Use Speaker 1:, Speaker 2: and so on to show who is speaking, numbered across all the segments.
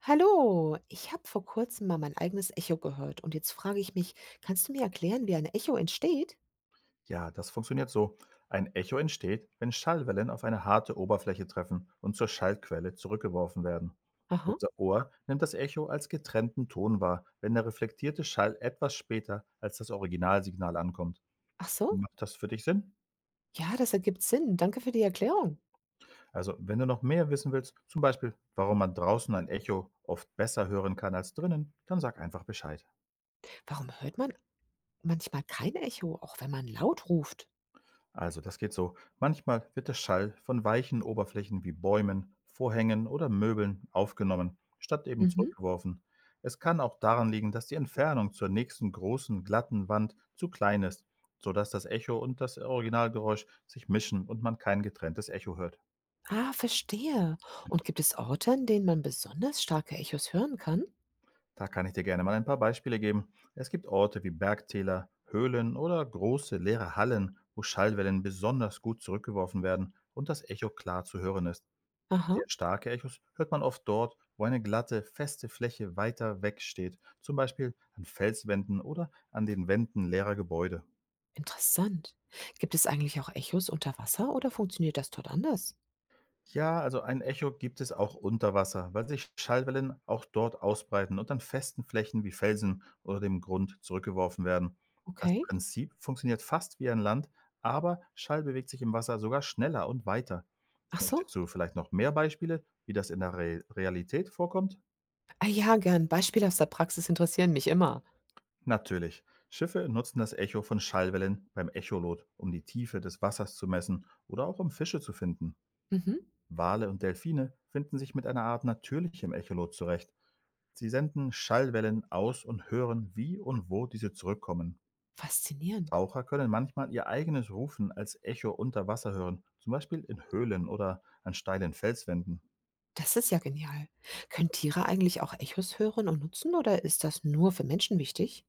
Speaker 1: Hallo, ich habe vor kurzem mal mein eigenes Echo gehört und jetzt frage ich mich, kannst du mir erklären, wie ein Echo entsteht?
Speaker 2: Ja, das funktioniert so. Ein Echo entsteht, wenn Schallwellen auf eine harte Oberfläche treffen und zur Schallquelle zurückgeworfen werden.
Speaker 1: Aha,
Speaker 2: Unser Ohr nimmt das Echo als getrennten Ton wahr, wenn der reflektierte Schall etwas später als das Originalsignal ankommt.
Speaker 1: ach so.
Speaker 2: Macht das für dich Sinn?
Speaker 1: Ja, das ergibt Sinn. Danke für die Erklärung.
Speaker 2: Also, wenn du noch mehr wissen willst, zum Beispiel, warum man draußen ein Echo oft besser hören kann als drinnen, dann sag einfach Bescheid.
Speaker 1: Warum hört man manchmal kein Echo, auch wenn man laut ruft?
Speaker 2: Also, das geht so. Manchmal wird der Schall von weichen Oberflächen wie Bäumen, Vorhängen oder Möbeln aufgenommen, statt eben
Speaker 1: Mhm.
Speaker 2: zurückgeworfen. Es kann auch daran liegen, dass die Entfernung zur nächsten großen, glatten Wand zu klein ist, sodass das Echo und das Originalgeräusch sich mischen und man kein getrenntes Echo hört.
Speaker 1: Ah, verstehe. Und gibt es Orte, an denen man besonders starke Echos hören kann?
Speaker 2: Da kann ich dir gerne mal ein paar Beispiele geben. Es gibt Orte wie Bergtäler, Höhlen oder große leere Hallen, wo Schallwellen besonders gut zurückgeworfen werden und das Echo klar zu hören ist.
Speaker 1: Aha,
Speaker 2: Sehr starke Echos hört man oft dort, wo eine glatte, feste Fläche weiter weg steht, zum Beispiel an Felswänden oder an den Wänden leerer Gebäude.
Speaker 1: interessant. Gibt es eigentlich auch Echos unter Wasser oder funktioniert das dort anders?
Speaker 2: Ja, also ein Echo gibt es auch unter Wasser, weil sich Schallwellen auch dort ausbreiten und an festen Flächen wie Felsen oder dem Grund zurückgeworfen werden. Das
Speaker 1: Okay.
Speaker 2: Prinzip funktioniert fast wie an Land, aber Schall bewegt sich im Wasser sogar schneller und weiter.
Speaker 1: Ach so.
Speaker 2: Möchtest du vielleicht noch mehr Beispiele, wie das in der Re Realität vorkommt?
Speaker 1: Ah ja, gern. Beispiele aus der Praxis interessieren mich immer.
Speaker 2: Natürlich. Schiffe nutzen das Echo von Schallwellen beim Echolot, um die Tiefe des Wassers zu messen oder auch um Fische zu finden.
Speaker 1: Mhm.
Speaker 2: Wale und Delfine finden sich mit einer Art natürlichem Echolot zurecht. Sie senden Schallwellen aus und hören, wie und wo diese zurückkommen.
Speaker 1: Faszinierend.
Speaker 2: Taucher können manchmal ihr eigenes Rufen als Echo unter Wasser hören, zum Beispiel in Höhlen oder an steilen Felswänden.
Speaker 1: Das ist ja genial. Können Tiere eigentlich auch Echos hören und nutzen oder ist das nur für Menschen wichtig?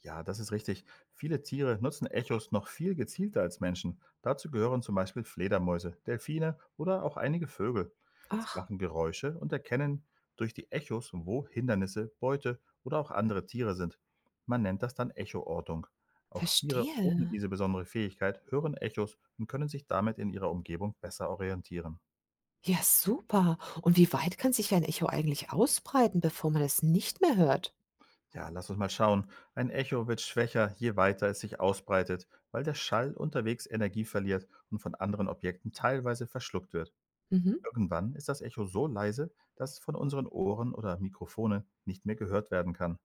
Speaker 2: Ja, das ist richtig. Viele Tiere nutzen Echos noch viel gezielter als Menschen. Dazu gehören zum Beispiel Fledermäuse, Delfine oder auch einige Vögel. Sie
Speaker 1: Ach,
Speaker 2: machen Geräusche und erkennen durch die Echos, wo Hindernisse, Beute oder auch andere Tiere sind. Man nennt das dann Echoortung. Auch Tiere ohne
Speaker 1: verstehe.
Speaker 2: diese besondere Fähigkeit hören Echos und können sich damit in ihrer Umgebung besser orientieren.
Speaker 1: Ja, super. Und wie weit kann sich ein Echo eigentlich ausbreiten, bevor man es nicht mehr hört?
Speaker 2: Ja, lass uns mal schauen. Ein Echo wird schwächer, je weiter es sich ausbreitet, weil der Schall unterwegs Energie verliert und von anderen Objekten teilweise verschluckt wird.
Speaker 1: Mhm.
Speaker 2: Irgendwann ist das Echo so leise, dass es von unseren Ohren oder Mikrofonen nicht mehr gehört werden kann.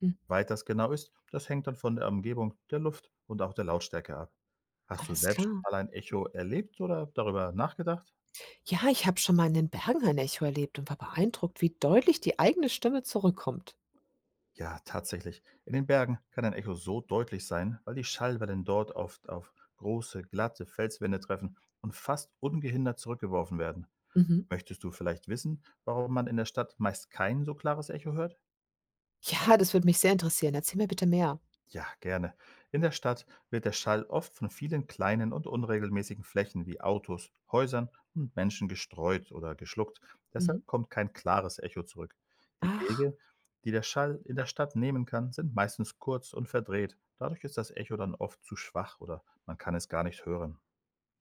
Speaker 1: Hm,
Speaker 2: Weit das genau ist, das hängt dann von der Umgebung, der Luft und auch der Lautstärke ab. Hast du
Speaker 1: alles
Speaker 2: selbst schon
Speaker 1: klar.
Speaker 2: mal ein Echo erlebt oder darüber nachgedacht?
Speaker 1: Ja, ich habe schon mal in den Bergen ein Echo erlebt und war beeindruckt, wie deutlich die eigene Stimme zurückkommt.
Speaker 2: Ja, tatsächlich. In den Bergen kann ein Echo so deutlich sein, weil die Schallwellen dort oft auf große, glatte Felswände treffen und fast ungehindert zurückgeworfen werden.
Speaker 1: Mhm.
Speaker 2: Möchtest du vielleicht wissen, warum man in der Stadt meist kein so klares Echo hört?
Speaker 1: Ja, das würde mich sehr interessieren. Erzähl mir bitte mehr.
Speaker 2: Ja, gerne. In der Stadt wird der Schall oft von vielen kleinen und unregelmäßigen Flächen wie Autos, Häusern und Menschen gestreut oder geschluckt.
Speaker 1: Mhm.
Speaker 2: Deshalb kommt kein klares Echo zurück. Die
Speaker 1: Ach.
Speaker 2: Wege, die der Schall in der Stadt nehmen kann, sind meistens kurz und verdreht. Dadurch ist das Echo dann oft zu schwach oder man kann es gar nicht hören.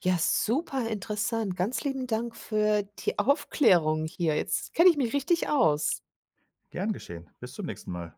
Speaker 1: Ja, super interessant. Ganz lieben Dank für die Aufklärung hier. Jetzt kenne ich mich richtig aus.
Speaker 2: Gern geschehen. Bis zum nächsten Mal.